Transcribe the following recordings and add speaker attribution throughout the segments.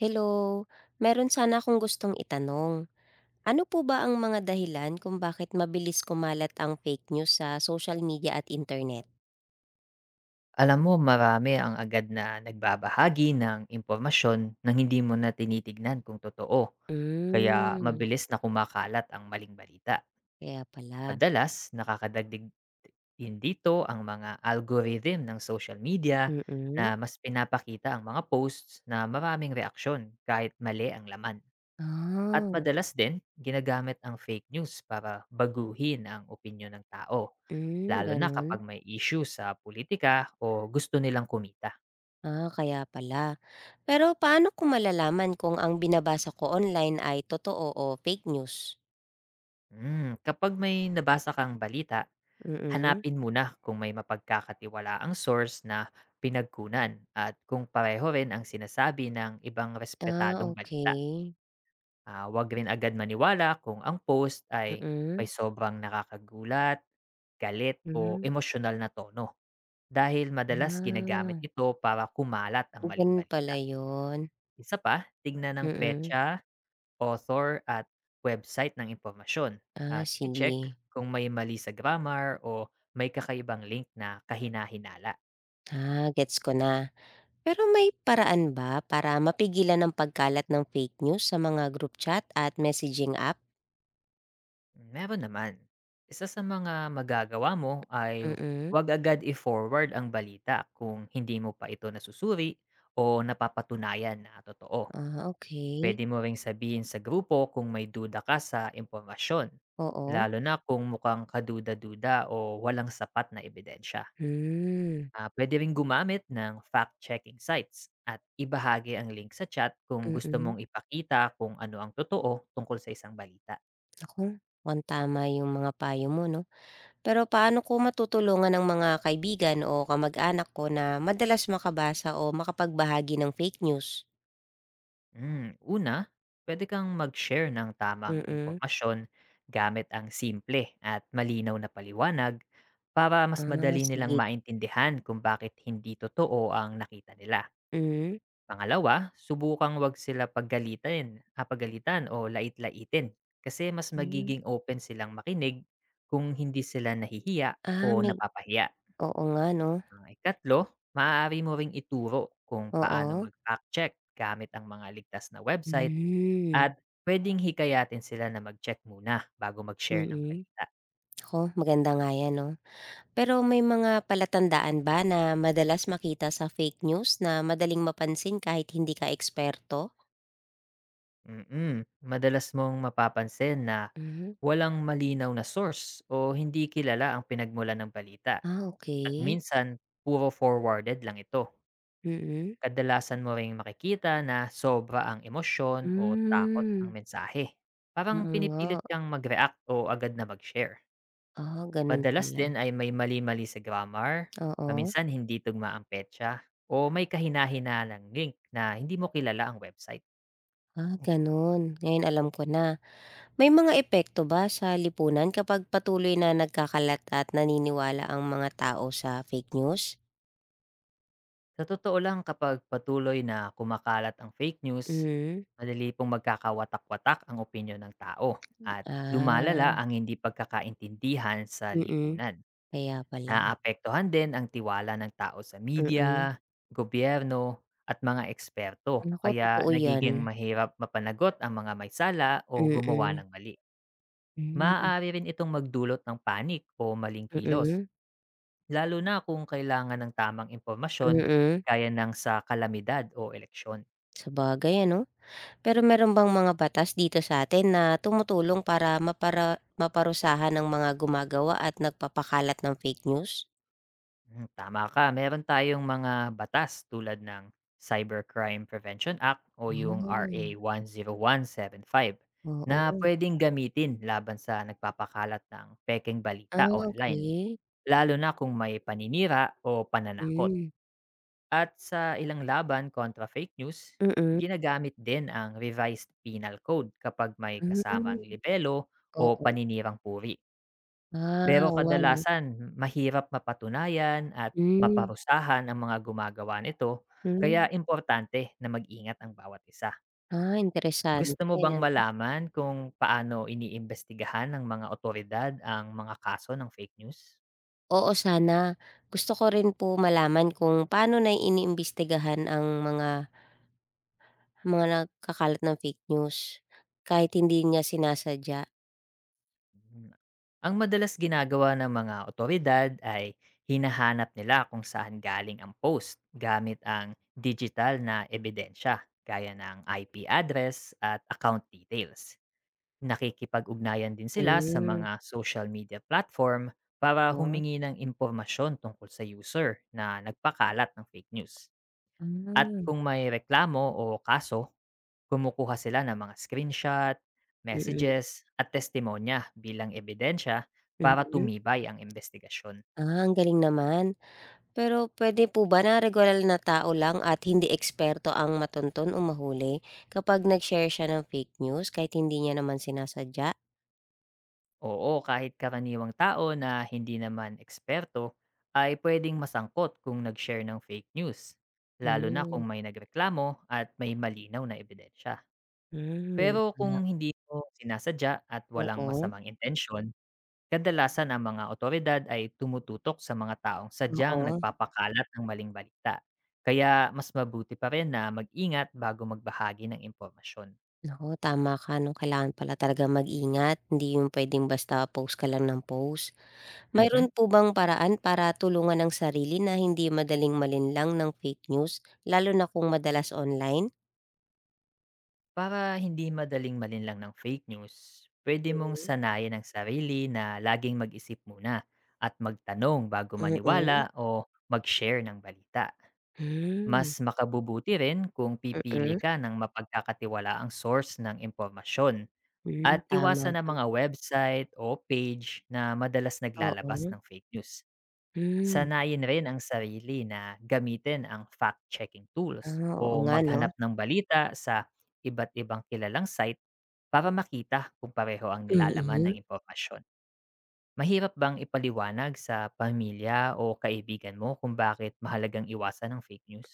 Speaker 1: Hello, meron sana akong gustong itanong. Ano po ba ang mga dahilan kung bakit mabilis kumalat ang fake news sa social media at internet?
Speaker 2: Alam mo, marami ang agad na nagbabahagi ng impormasyon nang hindi mo na tinitignan kung totoo. Kaya
Speaker 1: Hmm,
Speaker 2: mabilis na kumakalat ang maling balita.
Speaker 1: kaya pala.
Speaker 2: Madalas nakakadagdag din dito ang mga algorithm ng social media
Speaker 1: Mm.
Speaker 2: na mas pinapakita ang mga posts na maraming reaksyon kahit mali ang laman. At
Speaker 1: Ah,
Speaker 2: madalas din, ginagamit ang fake news para baguhin ang opinyon ng tao,
Speaker 1: hmm,
Speaker 2: lalo na kapag
Speaker 1: ganun.
Speaker 2: may issue sa politika o gusto nilang kumita.
Speaker 1: Ah, kaya pala. Pero paano ko malalaman kung ang binabasa ko online ay totoo o fake news?
Speaker 2: Kapag may nabasa kang balita,
Speaker 1: Mm.
Speaker 2: hanapin muna kung may mapagkakatiwalaang source na pinagkunan at kung pareho rin ang sinasabi ng ibang
Speaker 1: Ah,
Speaker 2: respetadong balita.
Speaker 1: okay.
Speaker 2: Ah, huwag rin agad maniwala kung ang post ay may
Speaker 1: Mm,
Speaker 2: sobrang nakakagulat, galit o
Speaker 1: hmm.
Speaker 2: emosyonal na tono, dahil madalas ginagamit
Speaker 1: Ah,
Speaker 2: ito para kumalat ang maling
Speaker 1: ganun
Speaker 2: balita.
Speaker 1: pala yun.
Speaker 2: Isa pa, tignan ng
Speaker 1: Mm.
Speaker 2: petsa, author at website ng impormasyon,
Speaker 1: Ah,
Speaker 2: at i-check
Speaker 1: sige.
Speaker 2: kung may mali sa grammar o may kakaibang link na kahinahinala.
Speaker 1: Ah, gets ko na. Pero may paraan ba para mapigilan ang pagkalat ng fake news sa mga group chat at messaging app?
Speaker 2: Meron naman. Isa sa mga magagawa mo ay
Speaker 1: Mm.
Speaker 2: huwag agad i-forward ang balita kung hindi mo pa ito nasusuri o napapatunayan na totoo.
Speaker 1: Ah, okay,
Speaker 2: Pwede mo ring sabihin sa grupo kung may duda ka sa impormasyon,
Speaker 1: oo.
Speaker 2: lalo na kung mukhang kaduda-duda o walang sapat na ebidensya.
Speaker 1: Hmm,
Speaker 2: Ah, puwede ring gumamit ng fact-checking sites at ibahagi ang link sa chat kung gusto
Speaker 1: mm.
Speaker 2: mong ipakita kung ano ang totoo tungkol sa isang balita.
Speaker 1: Naku, mukhang tama yung mga payo mo 'no. Pero paano ko matutulungan ng mga kaibigan o kamag-anak ko na madalas makabasa o makapagbahagi ng fake news?
Speaker 2: Una, puwede kang mag-share ng tamang
Speaker 1: Mm.
Speaker 2: impormasyon gamit ang simple at malinaw na paliwanag, para mas
Speaker 1: Ah,
Speaker 2: madali nilang
Speaker 1: sige.
Speaker 2: maintindihan kung bakit hindi totoo ang nakita nila.
Speaker 1: Mhm.
Speaker 2: Pangalawa, subukang 'wag sila paggalitan o lait-laitin, kasi mas
Speaker 1: Hmm.
Speaker 2: magiging open silang makinig kung hindi sila nahihiya
Speaker 1: Ah,
Speaker 2: o napapahiya.
Speaker 1: oo nga 'no,
Speaker 2: Ang ikatlo, maaari mo ring ituro kung paano
Speaker 1: oo.
Speaker 2: mag-fact check gamit ang mga ligtas na website,
Speaker 1: Hmm,
Speaker 2: at pwedeng hikayatin sila na mag-check muna bago mag-share ng
Speaker 1: mm.
Speaker 2: balita.
Speaker 1: Naku, maganda nga 'yan 'no. Pero may mga palatandaan ba na madalas makita sa fake news na madaling mapansin kahit hindi ka eksperto?
Speaker 2: Madalas mong mapapansin na
Speaker 1: Hmm,
Speaker 2: walang malinaw na source o hindi kilala ang pinagmula ng balita.
Speaker 1: ah,
Speaker 2: At
Speaker 1: okay.
Speaker 2: minsan puro forwarded lang ito.
Speaker 1: Mm-mm.
Speaker 2: Kadalasan mo ring makikita na sobra ang emosyon o takot ang
Speaker 1: Mm.
Speaker 2: mensahe. Parang
Speaker 1: Hmm, oo
Speaker 2: pinipilit
Speaker 1: nga.
Speaker 2: kang mag-react o agad na mag-share.
Speaker 1: Ah, gano'n
Speaker 2: Madalas
Speaker 1: pala.
Speaker 2: din ay may mali-mali sa grammar,
Speaker 1: Oo,
Speaker 2: paminsan hindi tugma ang petsa, o may kahina-hinalang link na hindi mo kilala ang website.
Speaker 1: ah, gano'n. Ngayon alam ko na. May mga epekto ba sa lipunan kapag patuloy na nagkakalat at naniniwala ang mga tao sa fake news?
Speaker 2: Sa totoo lang, kapag patuloy na kumakalat ang fake news,
Speaker 1: Hmm,
Speaker 2: madali pong magkakawatak-watak ang opinyon ng tao at lumalala
Speaker 1: ah,
Speaker 2: ang hindi pagkakaintindihan sa
Speaker 1: mm.
Speaker 2: lipunan.
Speaker 1: Kaya pala.
Speaker 2: Naapektuhan din ang tiwala ng tao sa
Speaker 1: Mm.
Speaker 2: media, gobyerno, at mga eksperto,
Speaker 1: Naku,
Speaker 2: kaya
Speaker 1: totoo 'yan.
Speaker 2: nagiging mahirap mapanagot ang mga may sala o gumawa
Speaker 1: Mm.
Speaker 2: ng mali.
Speaker 1: Hmm,
Speaker 2: Maaari rin itong magdulot ng panik o maling kilos,
Speaker 1: mm,
Speaker 2: lalo na kung kailangan ng tamang impormasyon,
Speaker 1: mm.
Speaker 2: gaya ng sa kalamidad o eleksyon.
Speaker 1: Sabagay ano? Pero meron bang mga batas dito sa sa'tin na tumutulong para maparusahan ang mga gumagawa at nagpapakalat ng fake news?
Speaker 2: Tama ka, meron tayong mga batas tulad ng Cybercrime Prevention Act o yung RA
Speaker 1: Ah,
Speaker 2: five na
Speaker 1: oo.
Speaker 2: pwedeng gamitin laban sa nagpapakalat ng pekeng
Speaker 1: Ah,
Speaker 2: balita online,
Speaker 1: okey.
Speaker 2: lalo na kung may paninira o pananakot.
Speaker 1: Hmm,
Speaker 2: At sa ilang laban kontra fake news,
Speaker 1: mm.
Speaker 2: ginagamit din ang Revised Penal Code kapag may
Speaker 1: Hmm.
Speaker 2: kasamang libelo o
Speaker 1: Oo.
Speaker 2: paninirang puri.
Speaker 1: Ah,
Speaker 2: Pero
Speaker 1: oo nga 'no.
Speaker 2: kadalasan, mahirap mapatunayan at
Speaker 1: Hmm,
Speaker 2: maparusahan ang mga gumagawa nito,
Speaker 1: hmm.
Speaker 2: kaya importante na mag-ingat ang bawat isa.
Speaker 1: Ah, interesante.
Speaker 2: Gusto mo bang malaman kung paano iniimbestigahan ng mga otoridad ang mga kaso ng fake news?
Speaker 1: Oo, sana. Gusto ko rin po malaman kung paano na iniimbestigahan ang mga nagkakalat ng fake news kahit hindi niya sinasadya.
Speaker 2: Hmm. Ang madalas ginagawa ng mga awtoridad ay hinahanap nila kung saan galing ang post, gamit ang digital na ebidensya gaya ng IP address at account details. Nakikipag-ugnayan din sila sa
Speaker 1: Hmm.
Speaker 2: mga social media platform para
Speaker 1: Wow,
Speaker 2: humingi ng impormasyon tungkol sa user na nagpakalat ng fake news.
Speaker 1: ah,
Speaker 2: At
Speaker 1: mm.
Speaker 2: kung may reklamo o kaso, kumukuha sila ng mga screenshot, messages, at testimonya bilang ebidensya
Speaker 1: Mm,
Speaker 2: para
Speaker 1: mm.
Speaker 2: tumibay ang investigasyon.
Speaker 1: Ah, ang galing naman. Pero puwede po ba na regular na tao lang at hindi eksperto ang matuntun o mahuli kapag nag-share siya ng fake news kahit hindi niya naman sinasadya?
Speaker 2: Oo, kahit karaniwang tao na hindi naman eksperto ay pwedeng masangkot kung nag-share ng fake news, lalo na kung
Speaker 1: Hmm,
Speaker 2: may nagreklamo at may malinaw na ebidensya.
Speaker 1: hmm.
Speaker 2: Pero
Speaker 1: Yeah,
Speaker 2: kung hindi mo sinasadya at walang
Speaker 1: oo,
Speaker 2: masamang intensyon, kadalasan ang mga awtoridad ay tumututok sa mga taong sadyang
Speaker 1: oo.
Speaker 2: nagpapakalat ng maling balita. Kaya mas mabuti pa rin na mag-ingat bago magbahagi ng impormasyon.
Speaker 1: Naku, tama ka 'no, kailangan pala talagang mag-ingat, hindi yung puwedeng basta post ka lang ng post.
Speaker 2: Mhm.
Speaker 1: Mayro'n po bang paraan para tulungan ang sarili na hindi madaling malinlang ng fake news, lalo na kung madalas online?
Speaker 2: Para hindi madaling malinlang ng fake news, pwede mong
Speaker 1: Hmm.
Speaker 2: sanayin ang sarili na laging mag-isip muna at magtanong bago maniwala
Speaker 1: Mm.
Speaker 2: o mag-share ng balita. Mas
Speaker 1: Hmm,
Speaker 2: makabubuti rin kung pipili
Speaker 1: mm.
Speaker 2: ka ng mapagkakatiwalaang source ng impormasyon,
Speaker 1: Hmm,
Speaker 2: at
Speaker 1: tama
Speaker 2: iwasan ang
Speaker 1: ka,
Speaker 2: mga website o page na madalas naglalabas
Speaker 1: oo.
Speaker 2: ng fake news.
Speaker 1: Hmm,
Speaker 2: Sanayin rin ang sarili na gamitin ang fact-checking tools
Speaker 1: ah, oo
Speaker 2: o
Speaker 1: nga 'no?
Speaker 2: maghanap ng balita sa iba't ibang kilalang site, para makita kung pareho ang nilalaman ng
Speaker 1: Mm.
Speaker 2: impormasyon. Mahirap bang ipaliwanag sa pamilya o kaibigan mo kung bakit mahalagang iwasan ang fake news?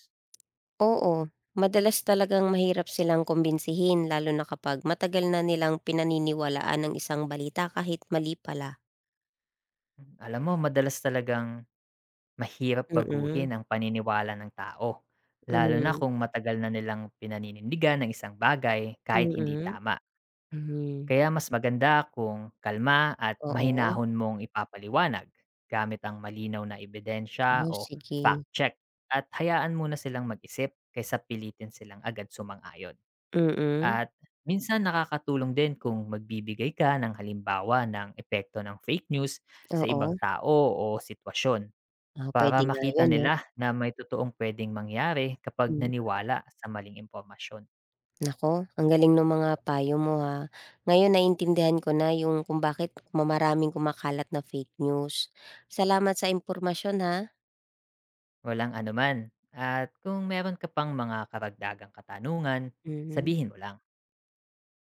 Speaker 1: Oo, madalas talagang mahirap silang kumbinsihin lalo na kapag matagal na nilang pinaniniwalaan ang isang balita kahit mali pala.
Speaker 2: Alam mo, madalas talagang mahirap
Speaker 1: Mm.
Speaker 2: baguhin ang paniniwala ng tao, lalo na
Speaker 1: Hmm,
Speaker 2: kung matagal na nilang pinaninindigan ng isang bagay kahit hindi
Speaker 1: mm,
Speaker 2: tama.
Speaker 1: mhm.
Speaker 2: Kaya mas maganda kung kalma at
Speaker 1: Oo,
Speaker 2: mahinahon mong ipapaliwanag, gamit ang malinaw na ebidensya
Speaker 1: oh,
Speaker 2: o
Speaker 1: sige.
Speaker 2: fact check, at hayaan muna silang mag-isip kaysa pilitin silang agad sumang-ayon.
Speaker 1: Mm,
Speaker 2: At minsan nakakatulong din kung magbibigay ka ng halimbawa ng epekto ng fake news sa ibang
Speaker 1: oo.
Speaker 2: tao o sitwasyon,
Speaker 1: Ah,
Speaker 2: para
Speaker 1: puwede nga
Speaker 2: makita
Speaker 1: 'yun 'no,
Speaker 2: nila na may totoong puwedeng mangyari kapag
Speaker 1: hmm.
Speaker 2: naniwala sa maling impormasyon.
Speaker 1: Naku, ang galing nung mga payo mo, ha. Ngayon naiintindihan ko na yung kung bakit mamaraming kumakalat na fake news. Salamat sa impormasyon, ha.
Speaker 2: Walang anuman, at kung meron ka pang mga karagdagang katanungan,
Speaker 1: Mhm.
Speaker 2: sabihin mo lang.